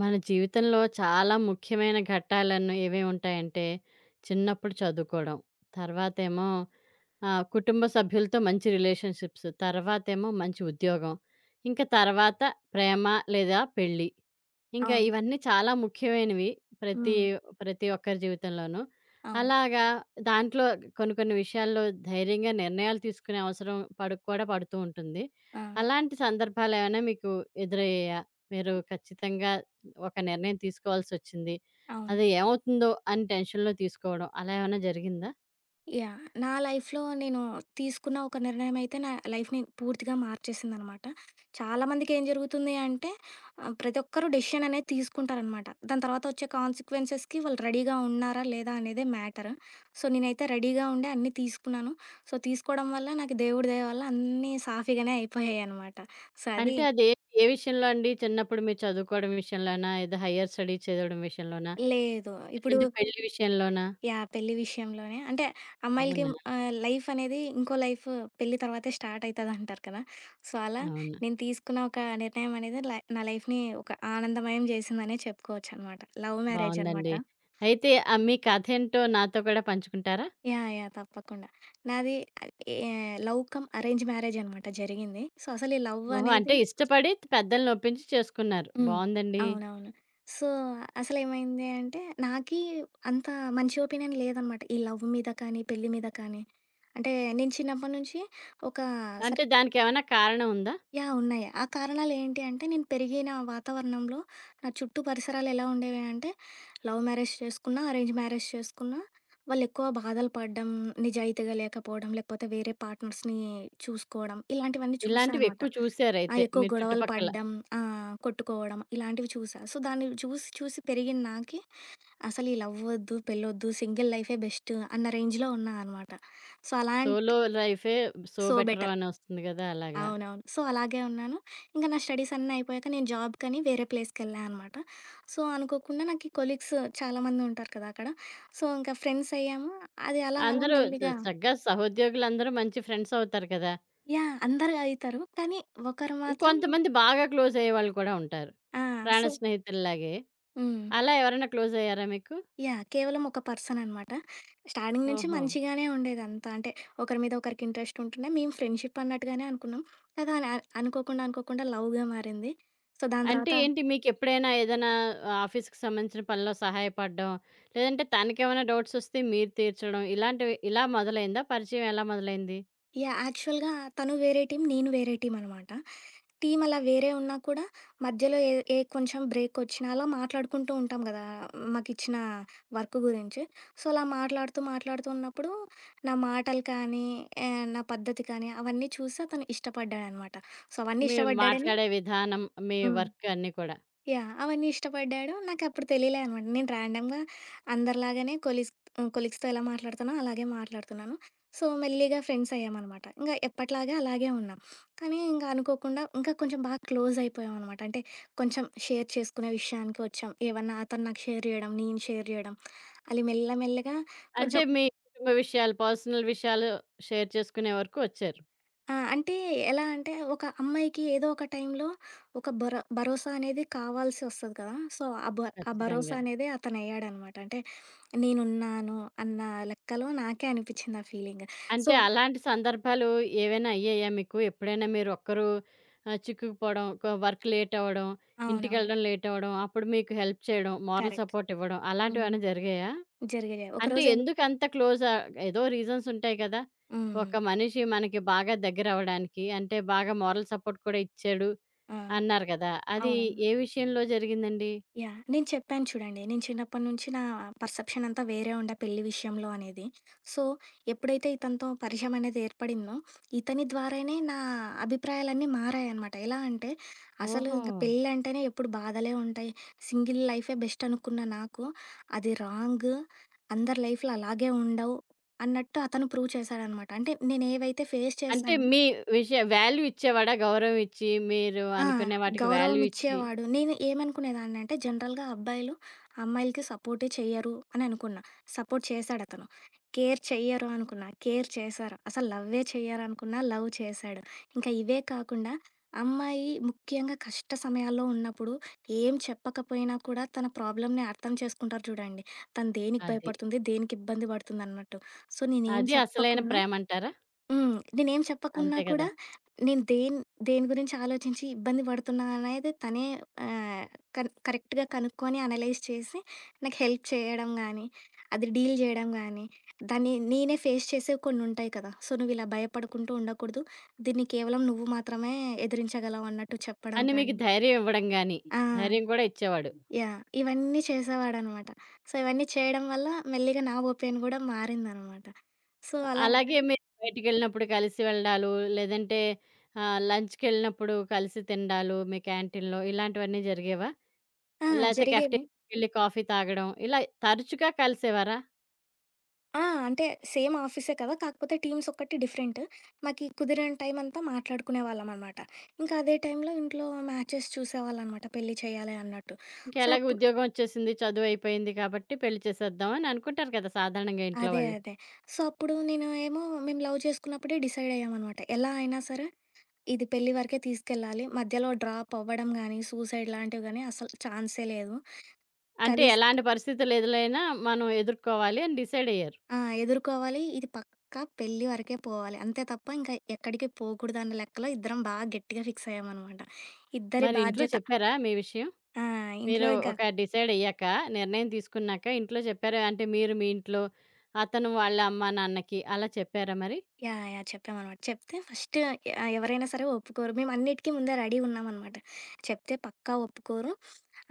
మన జీవితంలో చాలా ముఖ్యమైన ఘట్టాలను ఏవేవి ఉంటాయంటే చిన్నప్పుడు చదువుకోవడం, తర్వాత ఏమో కుటుంబ సభ్యులతో మంచి రిలేషన్షిప్స్, తర్వాత ఏమో మంచి ఉద్యోగం, ఇంకా తర్వాత ప్రేమ లేదా పెళ్ళి, ఇంకా అవును. ఇవన్నీ చాలా ముఖ్యమైనవి ప్రతి హ్మ్. ప్రతి ఒక్కరి జీవితంలోనూ. అవును. అలాగా, దాంట్లో కొన్ని కొన్ని విషయాల్లో ధైర్యంగా నిర్ణయాలు తీసుకునే అవసరం పడుతూ ఉంటుంది. ఆ! అలాంటి సందర్భాలేమైనా మీకు ఎదురయ్యాయా? మీరు ఖచ్చితంగా ఒక నిర్ణయం తీసుకోవాల్సొచ్చింది. అవును. అది ఏమవుతుందో అని టెన్షన్‌లో తీసుకోవడం అలా ఏమైనా జరిగిందా? యాహ్! నా లైఫ్‌లో నేను తీసుకున్న ఒక నిర్ణయం అయితే నా లైఫ్‌ని పూర్తిగా మార్చేసిందనమాట. చాలామందికేం జరుగుతుంది అంటే ప్రతి ఒక్కరు డెసిషన్ అనేది తీసుకుంటారనమాట. దాని తర్వాత వచ్చే కాన్సిక్వెన్సెస్‌కి వాళ్ళు రెడీగా ఉన్నారా, లేదా అనేదే మ్యాటర్. సో, నేనైతే రెడీగా ఉండి అన్నీ తీసుకున్నాను. సో, తీసుకోవడం వల్ల నాకు దేవుడి దయ వల్ల అన్నీ సాఫీగానే అయిపోయాయనమాట. సో, అది అంటే అది ఏ ఏ విషయంలో అండి? చిన్నప్పుడు మీరు చదువుకోవడం విషయంలోనా? ఏదో హైర్ స్టడీస్ చదవడం విషయంలోనా? లేదు. ఇప్పుడు లేదంటే పెళ్లి విషయంలోనా? యాహ్! పెళ్లి విషయంలోనే. అంటే అమ్మాయిలకి అవునా! లైఫ్ అనేది ఇంకో లైఫ్ పెళ్లి తర్వాతే స్టార్ట్ అయితదంటారు కదా! సో, అలా అవును. నేను తీసుకున్న ఒక నిర్ణయం అనేది నా లైఫ్‌ని ఒక ఆనందమయం చేసిందనే చెప్పుకోవచ్చనమాట. లవ్ మ్యారేజ్ అనమాట. బావుందండి. అయితే మీ కథేంటో నాతో కూడా పంచుకుంటారా? యాహ్! యాహ్! తప్పకుండా. నాది ah, a love come arrange marriage అనమాట జరిగింది. సో, అసలు ఈ లవ్ ఓహో! అనేది అంటే ఇష్టపడి పెద్దలనొప్పించి చేసుకున్నారు. హ్మ్. బావుందండి. అవునవును. సో, అసలేమైంది అంటే, నాకీ అంత మంచి ఒపీనియన్ లేదనమాట, ఈ లవ్ మీద కానీ, పెళ్లి మీద కానీ. అంటే, నేను చిన్నప్పటి నుంచి ఒక అంటే సర్ దానికేమైనా కారణం ఉందా? యాహ్! ఉన్నాయి. ఆ కారణాలేంటి అంటే, నేను పెరిగిన వాతావరణంలో, నా చుట్టూ పరిసరాలు ఎలా ఉండేవి అంటే, లవ్ మ్యారేజ్ చేసుకున్నా, అరేంజ్ మ్యారేజ్ చేసుకున్నా, వాళ్ళెక్కువ బాధలు పడడం, నిజాయితీగా లేకపోవడం, లేకపోతే వేరే పార్ట్నర్స్‌ని చూసుకోవడం, ఇలాంటివన్నీ చూసా ఇలాంటివి అనమాట. ఎక్కువ ఆ! చూసారయితే ఎక్కువ మీరు గొడవలు చుట్టుపక్కల. పడడం, కొట్టుకోవడం ఇలాంటివి చూసా. సో, దాన్ని చూసి చూసి పెరిగిన నాకి అసలు ఈ లవ్ వద్దు, పెళ్ళొద్దు, సింగిల్ లైఫే బెస్ట్ అన్న రేంజ్‌లో ఉన్నా అనమాట. సో, సోలో లైఫే సో సో బెటర్ బెటర్. అనొస్తుంది గదా! అలాగా. అవునవును. సో, అలాగే ఉన్నాను. ఇంక నా స్టడీస్ అన్నీ అయిపోయాక నేను జాబ్‌కని వేరే ప్లేస్‌కెళ్ళా అనమాట. సో, అనుకోకుండా నాకీ కొలీగ్స్ చాలామంది ఉంటారు కదా అక్కడ. సో, ఇంకా ఫ్రెండ్స్ అయ్యాము. అది అలా అలా అందరూ మెల్లిగా చక్కగా సహోద్యోగులందరూ మంచి ఫ్రెండ్స్ అవుతారు కదా! యాహ్! అందరూ అయితారు. కానీ ఒకరు మాత్రం కొంతమంది బాగా క్లోజ్ అయ్యేవాళ్ళు కూడా ఉంటారు. ఆ! ప్రాణ సో స్నేహితుల్లాగే. హ్మ్. అలా ఎవరైనా క్లోజ్ అయ్యారా మీకు? యాహ్! కేవలం ఒక పర్సన్ అనమాట. స్టార్టింగ్ నుంచి ఓహో! మంచిగానే ఉండేదంతా. అంటే ఒకరి మీద ఒకరికి ఇంట్రెస్ట్ ఉంటుండే. మేము ఫ్రెండ్‌షిప్ అన్నట్టుగానే అనుకున్నాం. కానీ అలా అనుకోకుండా లవ్‌గా మారింది. సో, దాని అంటే తర్వాత ఏంటి మీకెప్పుడైనా ఏదైనా ఆఫీస్‌కి సంబంధించిన పనిలో సహాయపడడం, లేదంటే తనకేమైనా డౌట్సొస్తే మీరు తీర్చడం ఇలాంటివి ఇలా మొదలైందా? పరిచయం ఎలా మొదలైంది? యాహ్! యాక్చువల్‌గా తను వేరే టీమ్, నేను వేరే టీమ్ అనమాట. టీమ్ అలా వేరే ఉన్నా కూడా మధ్యలో ఏ ఏ కొంచెం బ్రేకొచ్చినా అలా మాట్లాడుకుంటూ ఉంటాం గదా, మాకిచ్చిన వర్క్ గురించి. సో, అలా మాట్లాడుతూ, మాట్లాడుతూ ఉన్నప్పుడు నా మాటలు కానీ, నా పద్ధతి కానీ అవన్నీ చూసి అతను ఇష్టపడ్డాడనమాట. సో, అవన్నీ మీ ఇష్టపడ్డాడని మాట్లాడే విధానం, మీ హ్మ్. వర్క్ అన్నీ కూడా. యాహ్! అవన్నీ ఇష్టపడ్డాడు. నాకప్పుడు తెలియలే అనమాట. నేను ర్యాండమ్‌గా అందరిలాగానే కొలీగ్స్ హ్మ్, కొలీగ్స్‌తో ఎలా మాట్లాడుతానో అలాగే మాట్లాడుతున్నాను. సో, మెల్లిగా ఫ్రెండ్స్ అయ్యామనమాట. ఇంగా ఎప్పటిలాగే అలాగే ఉన్నాం. కానీ ఇంక అనుకోకుండా ఇంకా కొంచెం బాగా క్లోజ్ అయిపోయామనమాట. అంటే కొంచెం షేర్ చేసుకునే విషయానికి వచ్చాం. ఏవన్నా అతను నాకు షేర్ జేయడం, నేను షేర్ జేయడం, అది మెల్లగా అంటే కొంచెం మీ కుటుంబ విషయాలు, పర్సనల్ విషయాలు షేర్ చేసుకునే వరకు వచ్చారు. ఆ! అంటే ఎలా అంటే ఒక అమ్మాయికి ఏదో ఒక టైంలో ఒక భరోసా అనేది కావాల్సి వస్తది కదా! సో, ఆ భరోసా ఖచ్చితంగా. అనేది అతనయ్యాడనమాట. అంటే నేనున్నాను అన్న లెక్కలో నాకే అనిపిచ్చింది ఆ ఫీలింగ్. సో అంటే అలాంటి సందర్భాలు ఏవైనా అయ్యాయా మీకు? ఎప్పుడైనా మీరు ఒక్కరు చిక్కుకుపోవడం, వర్క్ లేట్ అవ్వడం, అవునవును. ఇంటికెళ్ళడం లేట్ అవ్వడం, అప్పుడు మీకు హెల్ప్ చేయడం, మోరల్ కరెక్ట్. సపోర్ట్ ఇవ్వడం హ్మ్. అలాంటివేమైనా జరిగాయా? జరిగాయి. అంటే ఒకరోజేం ఎందుకంత క్లోజ్, ఏదో రీజన్స్ ఉంటాయి కదా! హ్మ్. ఒక హ్మ్. మనిషి మనకి బాగా దగ్గరవ్వడానికి, అంటే బాగా మోరల్ సపోర్ట్ కూడా ఇచ్చాడు ఆ! అన్నారు కదా! అది అవునవును. ఏ విషయంలో జరిగిందండి? యాహ్! నేను చెప్పాను చూడండి. నేను చిన్నప్పటి నుంచి నా పర్సెప్షన్ అంతా వేరే ఉండే పెళ్లి విషయంలో అనేది. సో, ఎప్పుడైతే ఇతనితో పరిచయం అనేది ఏర్పడిందో, ఇతని ద్వారానే నా అభిప్రాయాలన్నీ మారాయనమాట. ఎలా అంటే, అసలు ఓహో! ఇంక పెళ్ళంటేనే ఎప్పుడు బాధలే ఉంటాయి, సింగిల్ లైఫే బెస్ట్ అనుకున్న నాకు, అది రాంగ్. అందరి లైఫ్‌లు అలాగే ఉండవు అన్నట్టు అతను ప్రూవ్ చేశాడనమాట. అంటే నేనేవైతే ఫేస్ అంటే చేశానో మీ విషయ వాల్యూ ఇచ్చేవాడా? గౌరవం ఇచ్చి మీరు ఆ! అనుకునే వాటికి గౌరవం వాల్యూ ఇచ్చి. ఇచ్చేవాడు. నేను ఏమనుకునేదాన్నంటే జనరల్‌గా అబ్బాయిలు అమ్మాయిలకి సపోర్టే చెయ్యరు అని అనుకున్నా. సపోర్ట్ చేశాడతను. కేర్ చెయ్యరు అనుకున్నా. కేర్ చేశారు. అసలు లవ్వే చెయ్యరనుకున్నా, లవ్ చేశాడు. ఇంకా ఇవే కాకుండా అమ్మాయి ముఖ్యంగా కష్ట సమయాల్లో ఉన్నప్పుడు ఏం చెప్పకపోయినా కూడా తన ప్రాబ్లమ్‌ని అర్థం చేసుకుంటారు చూడండి, తను దేనికి అది. భయపడుతుంది, దేనికి ఇబ్బంది పడుతుందన్నట్టు. సో నేనేం అది అసలైన చెప్పకున్నా ప్రేమంటారా? హ్మ్. నేనేం చెప్పకున్నా అంతే కదా! కూడా నేను దేని గురించి ఆలోచించి ఇబ్బంది పడుతున్నాననేది తనే ఆహ్, కన్ కరెక్ట్‌గా కనుక్కొని అనలైజ్ చేసి నాకు హెల్ప్ చేయడం గానీ, అది డీల్ జేయడం గానీ, దాన్ని నేనే ఫేస్ చేసేవి కొన్నుంటాయి కదా! సో, నువ్విలా భయపడుకుంటూ ఉండకూడదు, దీన్ని కేవలం నువ్వు మాత్రమే ఎదిరించగలవు అన్నట్టు చెప్పడం అని మీకు కానీ ధైర్యం ఇవ్వడం గాని, ఆ! ధైర్యం కూడా ఇచ్చేవాడు. యాహ్! ఇవన్నీ చేసేవాడనమాట. సో, ఇవన్నీ చేయడం వల్ల మెల్లిగా నా ఓపికను గూడా మారిందనమాట. సో, అలా అలాగే మీరు బయటికెళ్ళినప్పుడు కలిసి వెళ్ళడాలు, లేదంటే లంచ్‌కెళ్ళినప్పుడు కలిసి తినడాలు మీ క్యాంటీన్‌లో ఇలాంటివన్నీ జరిగేవా? ఆ! లేతే జరిగేవి. కాఫెటేరియాకెళ్ళి కాఫీ తాగడం ఇలా తరచుగా కలిసేవారా? ఆ! అంటే సేమ్ ఆఫీసే కదా! కాకపోతే టీమ్స్ ఒక్కటి డిఫరెంట్. మాకి కుదిరిన టైం అంతా మాట్లాడుకునేవాళ్ళమనమాట. ఇంకా అదే టైంలో ఇంట్లో మ్యాచెస్ చూసేవాళ్ళనమాట, పెళ్లి చేయాలి అన్నట్టు. సో, ఇంకెలాగో ఉద్యోగం వచ్చేసింది, చదువయిపోయింది కాబట్టి పెళ్లి చేసేద్దాం అని అనుకుంటారు కదా! సాధారణంగా ఇంట్లో అదే. వాళ్ళు. అదే. సో, అప్పుడు నేను ఏమో మేము లవ్ చేసుకున్నప్పుడే డిసైడ్ అయ్యామనమాట. ఎలా అయినా సరే ఇది పెళ్లి వరకే తీసుకెళ్ళాలి. మధ్యలో డ్రాప్ అవ్వడం గానీ, సూసైడ్ లాంటివి గానీ అసలు ఛాన్సే లేదు. అంటే కలిసి ఎలాంటి పరిస్థితులు ఎదురైనా మనం ఎదుర్కోవాలి అని డిసైడయ్యారు. ఆ! ఎదుర్కోవాలి. ఇది పక్కా పెళ్లి వరకే పోవాలి. అంతే తప్ప ఇంకా ఎక్కడికి పోకూడదన్న లెక్కలో ఇద్దరం బాగా గట్టిగా ఫిక్స్ అయ్యామనమాట. ఇద్దరి మరి ఇంట్లో బాధ్యత. చెప్పారా మీ విషయం? ఆ! ఇంట్లో మీరు ఇక ఒక డిసైడ్ అయ్యాక, నిర్ణయం తీసుకున్నాక ఇంట్లో చెప్పారా? అంటే మీరు మీ ఇంట్లో, అతను వాళ్ళ అమ్మా, నాన్నకి అలా చెప్పారా మరి? యాహ్! యాహ్! చెప్పామనమాట. చెప్తే ఫస్ట్ ఎవరైనా సరే ఒప్పుకోరు. మేము అన్నిటికి ముందే రెడీ ఉన్నామనమాట. చెప్తే పక్కా ఒప్పుకోరు.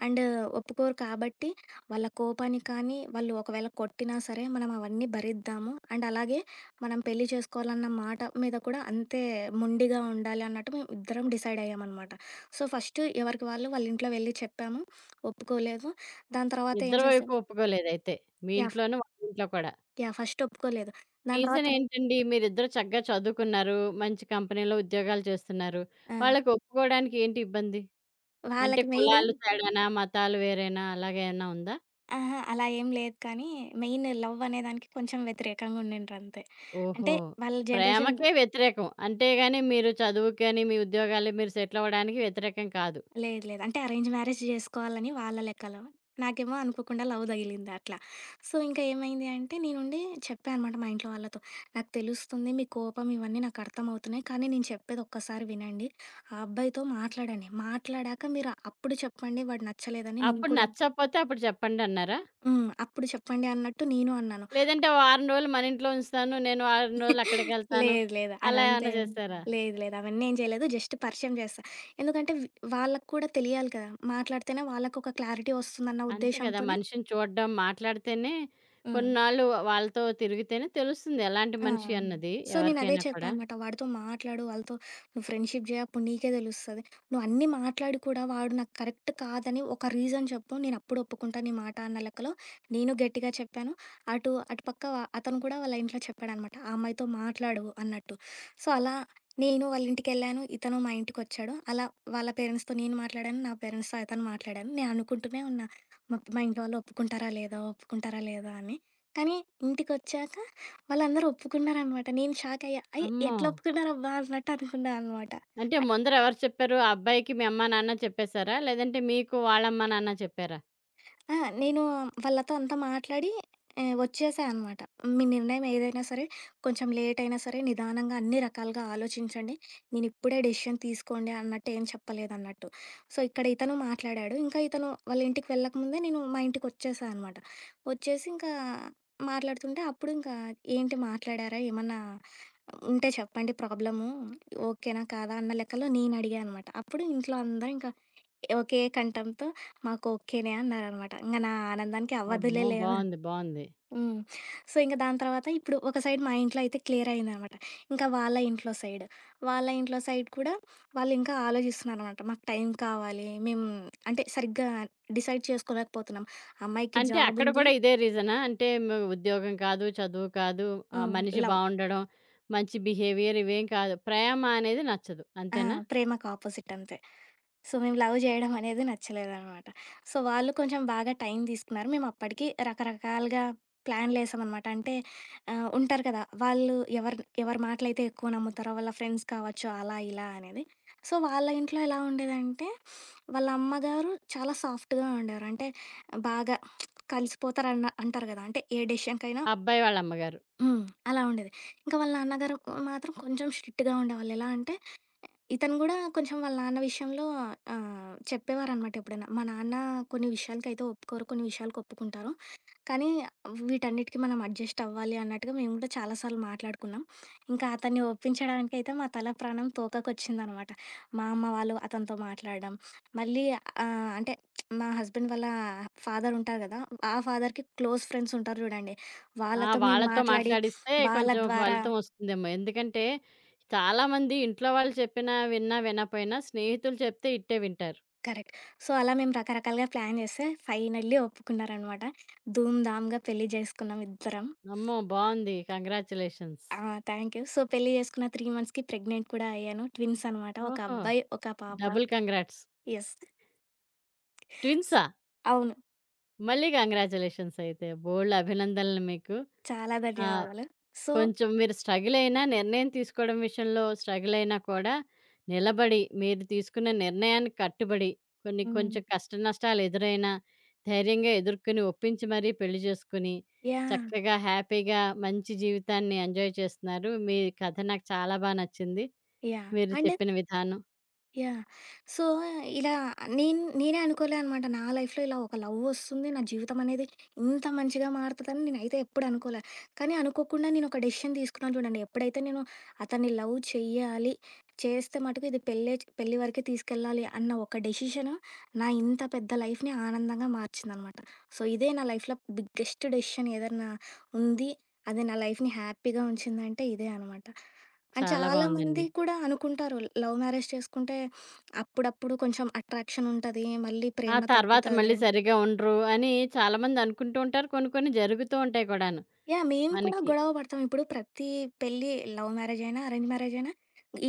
అండ్ ఒప్పుకోరు కాబట్టి వాళ్ళ కోపానికి కానీ, వాళ్ళు ఒకవేళ కొట్టినా సరే మనం అవన్నీ భరిద్దాము. అండ్ అలాగే మనం పెళ్లి చేసుకోవాలన్న మాట మీద కూడా అంతే మొండిగా ఉండాలి అన్నట్టు మేము ఇద్దరం డిసైడ్ అయ్యామనమాట. సో, ఫస్ట్ ఎవరికి వాళ్ళు వాళ్ళ ఇంట్లో వెళ్లి చెప్పాము. ఒప్పుకోలేదు. దాని తర్వాత ఏం ఇద్దరి వైపు చేసాం ఒప్పుకోలేదయితే. మీ యాహ్! ఇంట్లోను, వాళ్ళ ఇంట్లో కూడా. యాహ్! ఫస్ట్ ఒప్పుకోలేదు. దాని రీజన్ తర్వాత ఏంటండి? మీరిద్దరూ చక్కగా చదువుకున్నారు. మంచి కంపెనీలో ఉద్యోగాలు చేస్తున్నారు. ఆ! వాళ్ళకి ఒప్పుకోవడానికి ఏంటి ఇబ్బంది? అంటే వాళ్ళకి మెయిన్ కులాలు తేడానా? మతాలు వేరేనా? అలాగా ఏమన్నా ఉందా? అహా! అలా ఏం లేదు కానీ, మెయిన్ లవ్ అనే దానికి కొంచెం వ్యతిరేకంగా ఉండిండ్రంతే. ఓహో! అంటే వాళ్ళ జనరేషన్ ప్రేమకే వ్యతిరేకం. అంతేగాని మీరు చదువుకి గాని, మీ ఉద్యోగాల్లో మీరు సెటిల్ అవ్వడానికి వ్యతిరేకం కాదు. లేదు లేదు. అంటే అరేంజ్ మ్యారేజ్ జేసుకోవాలని వాళ్ళ లెక్కలో. నాకేమో అనుకోకుండా లవ్ తగిలింది అట్లా. సో, ఇంక ఏమైంది అంటే నేనుండి చెప్పా అనమాట మా ఇంట్లో వాళ్ళతో. నాకు తెలుస్తుంది మీ కోపం, ఇవన్నీ నాకు అర్థమవుతున్నాయి. కానీ నేను చెప్పేది ఒక్కసారి వినండి. ఆ అబ్బాయితో మాట్లాడండి. మాట్లాడాక మీరు అప్పుడు చెప్పండి వాడు నచ్చలేదని, నేను అప్పుడు కూడా నచ్చకపోతే అప్పుడు చెప్పండన్నారా? హ్మ్. అప్పుడు చెప్పండి అన్నట్టు నేను అన్నాను. లేదంటే వారం రోజులు మన ఇంట్లో ఉంచుతాను. నేను వారం రోజులు అక్కడికెళ్తాను. లేదు లేదు. అలా అదంతే ఏమన్నా చేశారా? లేదు లేదు. అవన్నీ ఏం చేయలేదు. జస్ట్ పరిచయం చేశా. ఎందుకంటే వాళ్ళకి కూడా తెలియాలి కదా! మాట్లాడితేనే వాళ్ళకొక క్లారిటీ వస్తుందన్న అంతే కదా! ఉద్దేశంతోనే మనిషిని చూడడం, మాట్లాడితేనే, హ్మ్. కొన్నాళ్ళు వాళ్ళతో తిరిగితేనే తెలుస్తుంది ఎలాంటి ఆ! మనిషి అన్నది సో, నేనదే ఎవరికైనా చెప్పా కూడా. అనమాట. వాడితో మాట్లాడు, వాళ్ళతో నువ్వు ఫ్రెండ్‌షిప్ జేయి. అప్పుడు నీకే తెలుస్తది. నువ్వన్నీ మాట్లాడి కూడా వాడు నాకు కరెక్ట్ కాదని ఒక రీజన్ చెప్పు. నేనప్పుడు ఒప్పుకుంటా నీ మాట అన్న లెక్కలో నేను గట్టిగా చెప్పాను. అటుపక్క అతను కూడా వాళ్ళ ఇంట్లో చెప్పాడనమాట, ఆ అమ్మాయితో మాట్లాడు అన్నట్టు. సో, అలా నేను వాళ్ళ ఇంటికెళ్ళాను. ఇతను మా ఇంటికొచ్చాడు. అలా వాళ్ళ పేరెంట్స్‌తో నేను మాట్లాడాను. నా పేరెంట్స్‌తో అతను మాట్లాడాను. నేను అనుకుంటూనే ఉన్నా, మా మా ఇంట్లో వాళ్ళు ఒప్పుకుంటారా లేదా, ఒప్పుకుంటారా లేదా అని. కానీ ఇంటికొచ్చాక వాళ్ళందరూ ఒప్పుకున్నారనమాట. నేను షాకయ్యా. అయ్! అమ్మో! ఎట్లా ఒప్పుకున్నారబ్బా అన్నట్టు అనుకున్నా అనమాట. అంటే ముందర ఎవరు చెప్పారు? ఆ అబ్బాయికి మీ అమ్మా, నాన్న చెప్పేసారా? లేదంటే మీకు వాళ్ళ అమ్మా, నాన్న చెప్పారా? ఆ! నేను వాళ్ళతో అంతా మాట్లాడి వచ్చేసా అనమాట. మీ నిర్ణయం ఏదైనా సరే, కొంచెం లేట్ అయినా సరే నిదానంగా అన్ని రకాలుగా ఆలోచించండి. నేనిప్పుడే డెసిషన్ తీసుకోండి అన్నట్టు ఏం చెప్పలేదన్నట్టు. సో, ఇక్కడ ఇతను మాట్లాడాడు. ఇంకా ఇతను వాళ్ళ ఇంటికి వెళ్ళకముందే నేను మా ఇంటికొచ్చేసా అనమాట. వచ్చేసి ఇంకా మాట్లాడుతుంటే అప్పుడు ఇంకా ఏంటి మాట్లాడారా, ఏమన్నా ఉంటే చెప్పండి ప్రాబ్లము, ఓకేనా కాదా అన్న లెక్కలో నేనడిగా అనమాట. అప్పుడు ఇంట్లో అందరూ ఇంక ఒకే కంఠంతో మాకు ఓకేనే అన్నారనమాట. ఇంక నా ఆనందానికి అవధులే అమ్మో! లేవు. బావుంది. బావుంది. హ్మ్. సో, ఇంక దాని తర్వాత ఇప్పుడు ఒక సైడ్ మా ఇంట్లో అయితే క్లియర్ అయిందనమాట. ఇంకా వాళ్ళ ఇంట్లో సైడ్. వాళ్ళ ఇంట్లో సైడ్ కూడా వాళ్ళింకా ఆలోచిస్తున్నారనమాట. మాకు టైం కావాలి. మేము అంటే సరిగ్గా డిసైడ్ చేసుకోలేకపోతున్నాం. అమ్మాయికి అంటే అక్కడ జాబుంది. కూడా ఇదే రీజనా? అంటే ఉద్యోగం కాదు, చదువు కాదు, హ్మ్. మనిషి లవ్. బావుండడం, మంచి బిహేవియర్ ఇవేం కాదు. ప్రేమ అనేది నచ్చదు. ఆ! అంతేనా? ప్రేమకు ఆపోజిట్ అంతే. సో, మేము లవ్ జేయడం అనేది నచ్చలేదనమాట. సో, వాళ్ళు కొంచెం బాగా టైం తీసుకున్నారు. మేము అప్పటికి రకరకాలుగా ప్లాన్‌లేసామనమాట. అంటే ఉంటారు కదా! వాళ్ళు ఎవరు ఎవరి మాటలైతే ఎక్కువ నమ్ముతారో వాళ్ళ ఫ్రెండ్స్ కావచ్చు అలా ఇలా అనేది. సో, వాళ్ళ ఇంట్లో ఎలా ఉండేదంటే, వాళ్ళ అమ్మగారు చాలా సాఫ్ట్‌గా ఉండేవారు. అంటే బాగా కలిసిపోతారన్న అంటారు కదా! అంటే ఏ డెసిషన్‌కైనా అబ్బాయి వాళ్ళ అమ్మగారు. హ్మ్. అలా ఉండేది. ఇంకా వాళ్ళ నాన్నగారు మాత్రం కొంచెం స్ట్రిక్ట్‌గా ఉండేవాళ్ళు. ఎలా అంటే ఇతను గూడా కొంచెం వాళ్ళ నాన్న విషయంలో చెప్పేవారనమాట ఎప్పుడైనా. మా నాన్న కొన్ని విషయాలకైతే ఒప్పుకోరు, కొన్ని విషయాలకి ఒప్పుకుంటారు. కానీ వీటన్నిటికి మనం అడ్జస్ట్ అవ్వాలి అన్నట్టుగా మేము గూడా చాలా సార్లు మాట్లాడుకున్నాం. ఇంకా అతన్ని ఒప్పించడానికైతే మా తల ప్రాణం తోకకొచ్చిందనమాట. మా అమ్మ వాళ్ళు అతనితో మాట్లాడడం. మళ్ళీ అంటే మా హస్బెండ్ వాళ్ళ ఫాదర్ ఉంటారు గదా! ఆ ఫాదర్‌కి క్లోజ్ ఫ్రెండ్స్ ఉంటారు జూడండి, ఆ! వాళ్ళతో మేము వాళ్ళతో మాట్లాడి మాట్లాడిస్తే వాళ్ళ కొంచెం ద్వారా ఫలితం వస్తుందేమో. ఎందుకంటే చాలామంది ఇంట్లో వాళ్ళు చెప్పినా విన్నా వినపోయినా స్నేహితులు చెప్తే ఇట్టే వింటారు. కరెక్ట్. సో, అలా మేము రకరకాలుగా ప్లాన్ చేస్తే ఫైనల్లీ ఒప్పుకున్నారనమాట. ధూమ్ ధామ్‌గా పెళ్లి చేసుకున్నాం ఇద్దరం. అమ్మో! బావుంది. కంగ్రాచ్యులేషన్స్. ఆ! Thank you. సో, పెళ్లి చేసుకున్న 3 మంత్స్‌కి ప్రెగ్నెంట్ కూడా అయ్యాను. ట్విన్స్ అనమాట. ఒక ఓహో! అబ్బాయి, ఒక పాప. Double congrats. యెస్. ట్విన్సా? అవును. మళ్ళీ కంగ్రాచ్యులేషన్స్ అయితే. బోలెడు అభినందనలు మీకు. చాలా ఆ! ధన్యవాదాలు. సో కొంచెం మీరు స్ట్రగుల్ అయినా, నిర్ణయం తీసుకోవడం విషయంలో స్ట్రగుల్ అయినా కూడా, నిలబడి మీరు తీసుకున్న నిర్ణయానికి కట్టుబడి, కొన్ని హ్మ్. కొంచెం కష్ట నష్టాలు ఎదురైనా, ధైర్యంగా ఎదుర్కొని, ఒప్పించి మరీ పెళ్లి చేసుకుని, యాహ్! చక్కగా హ్యాపీగా మంచి జీవితాన్ని ఎంజాయ్ చేస్తున్నారు. మీ కథ నాకు చాలా నచ్చింది. యాహ్! మీరు అండ్ చెప్పిన విధానం యాహ్! సో, ఇలా నేను నేనే అనుకోలే అనమాట, నా లైఫ్‌లో ఇలా ఒక లవ్ వస్తుంది, నా జీవితం అనేది ఇంత మంచిగా మారుతదని నేనైతే ఎప్పుడు అనుకోలే. కానీ అనుకోకుండా నేనొక డెసిషన్ తీసుకున్నాను చూడండి. ఎప్పుడైతే నేను అతన్ని లవ్ చెయ్యాలి, చేస్తే మటుకు ఇది పెళ్లి వరకే తీసుకెళ్ళాలి అన్న ఒక డెసిషన్ నా ఇంత పెద్ద లైఫ్‌ని ఆనందంగా మార్చిందనమాట. సో, ఇదే నా లైఫ్‌లో బిగ్గెస్ట్ డెసిషన్ ఏదన్నా ఉంది. అది నా లైఫ్‌ని హ్యాపీగా ఉంచిందంటే ఇదే అనమాట. అండ్ చాలా చాలా బావుందండి. మంది కూడా అనుకుంటారు లవ్ మ్యారేజ్ చేసుకుంటే అప్పుడప్పుడు కొంచెం అట్రాక్షన్ ఉంటది, మళ్ళీ ఆ ప్రేమ తర్వాత తగ్గుతది. మళ్ళీ సరిగ్గా ఉండరు అని చాలామంది అనుకుంటూ ఉంటారు. కొన్ని కొన్ని జరుగుతూ ఉంటాయి కూడాను యాహ్! మేము కూడా మనకి. గొడవ పడతాం. ఇప్పుడు ప్రతి పెళ్లి లవ్ మ్యారేజ్ అయినా, అరేంజ్ మ్యారేజ్ అయినా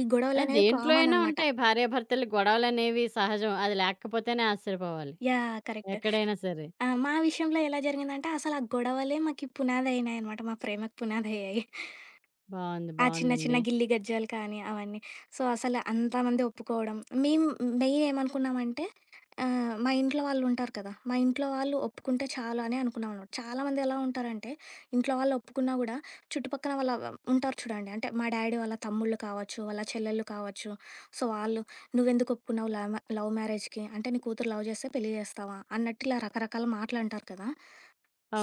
ఈ ఆ! గొడవలనేవి దేంట్లో కామన్ అయినా అనమాట. ఉంటాయి. భార్యాభర్తల గొడవలనేవి సహజం. అది లేకపోతేనే ఆశ్చర్యపోవాలి. యాహ్! కరెక్ట్. ఎక్కడైనా సరే. ఆ! మా విషయంలో ఎలా జరిగిందంటే అసలు ఆ గొడవలే మాకు పునాదయినాయనమాట. మా ప్రేమకు పునాదయ్యాయి. బావుంది. ఆ! చిన్న చిన్న బావుందండి. గిల్లి గజ్జాలు కానీ అవన్నీ. సో, అసలు అంతమంది ఒప్పుకోవడం. మేము మెయిన్ ఏమనుకున్నామంటే మా ఇంట్లో వాళ్ళుంటారు కదా! మా ఇంట్లో వాళ్ళు ఒప్పుకుంటే చాలు అని అనుకున్నామనమాట. చాలామంది ఎలా ఉంటారంటే ఇంట్లో వాళ్ళు ఒప్పుకున్నా గూడా చుట్టుపక్కన వాళ్ళ ఉంటారు చూడండి. అంటే మా డ్యాడీ వాళ్ళ తమ్ముళ్ళు కావచ్చు, వాళ్ళ చెల్లెళ్ళు కావచ్చు. సో, వాళ్ళు "నువ్వెందుకు ఒప్పుకున్నావు లవ్ మ్యారేజ్‌కి? అంటే నీ కూతురు లవ్ చేస్తే పెళ్లి చేస్తావా?" అన్నట్టు ఇలా రకరకాల మాటలంటారు కదా!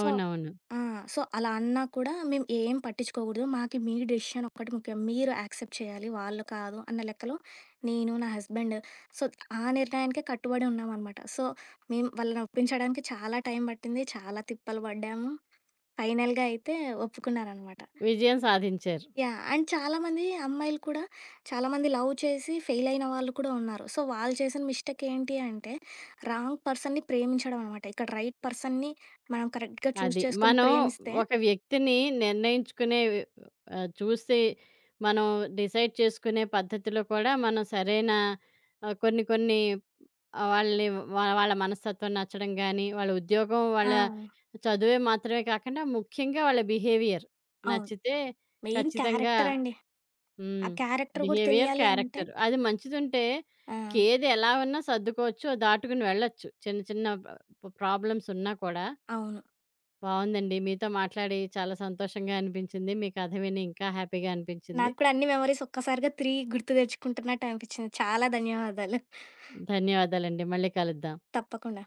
సో ఆ! సో, అలా అన్నా కూడా మేము ఏం పట్టించుకోకూడదు. మాకి మీ డెసిషన్ ఒక్కటి ముఖ్యం. మీరు యాక్సెప్ట్ చేయాలి, వాళ్ళు కాదు అన్న లెక్కలో నేను, నా హస్బెండ్ సో, ఆ నిర్ణయానికే కట్టుబడి ఉన్నామనమాట. సో, మేము వాళ్ళని ఒప్పించడానికి చాలా టైం పట్టింది. చాలా తిప్పలు పడ్డాము. ఫైనల్‌గా అయితే ఒప్పుకున్నారనమాట. విజయం సాధించారు. యాహ్! అండ్ చాలామంది అమ్మాయిలు కూడా చాలామంది లవ్ చేసి ఫెయిల్ అయిన వాళ్ళు కూడా ఉన్నారు. సో, వాళ్ళు చేసిన మిస్టేక్ ఏంటి అంటే రాంగ్ పర్సన్‌ని ప్రేమించడం అనమాట. ఇక్కడ రైట్ పర్సన్‌ని మనం కరెక్ట్‌గా చూజ్ అది. చేసుకొని మనం ప్రేమిస్తే ఒక వ్యక్తిని నిర్ణయించుకునే చూసి మనం డిసైడ్ చేసుకునే పద్ధతిలో కూడా మనం సరైన, కొన్ని కొన్ని, వాళ్ళని, వాళ్ళ మనస్తత్వం నచ్చడం గానీ, వాళ్ళ ఉద్యోగం, ఆ! వాళ్ళ చదువే మాత్రమే కాకుండా ముఖ్యంగా వాళ్ళ బిహేవియర్ అవును. నచ్చితే మెయిన్ ఖచ్చితంగా. క్యారెక్టరండి. ఆ హ్మ్. క్యారెక్టర్ గూడా బిహేవియర్, తెలియాలి అంటే క్యారెక్టర్. అది మంచిదుంటే ఆ! ఇంకేది ఎలా ఉన్నా సర్దుకోవచ్చు. దాటుకుని వెళ్ళొచ్చు. చిన్న చిన్న ప్రాబ్లమ్స్ ఉన్నా కూడా. అవును. బావుందండి. మీతో మాట్లాడి చాలా సంతోషంగా అనిపించింది. మీ కథ విని ఇంకా హ్యాపీగా అనిపించింది. నాకు కూడా అన్ని మెమోరీస్ ఒక్కసారిగా 3 గుర్తు తెచ్చుకుంటున్నట్టు అనిపిచ్చింది. చాలా ధన్యవాదాలు. ధన్యవాదాలండి. మళ్ళీ కలుద్దాం. తప్పకుండా.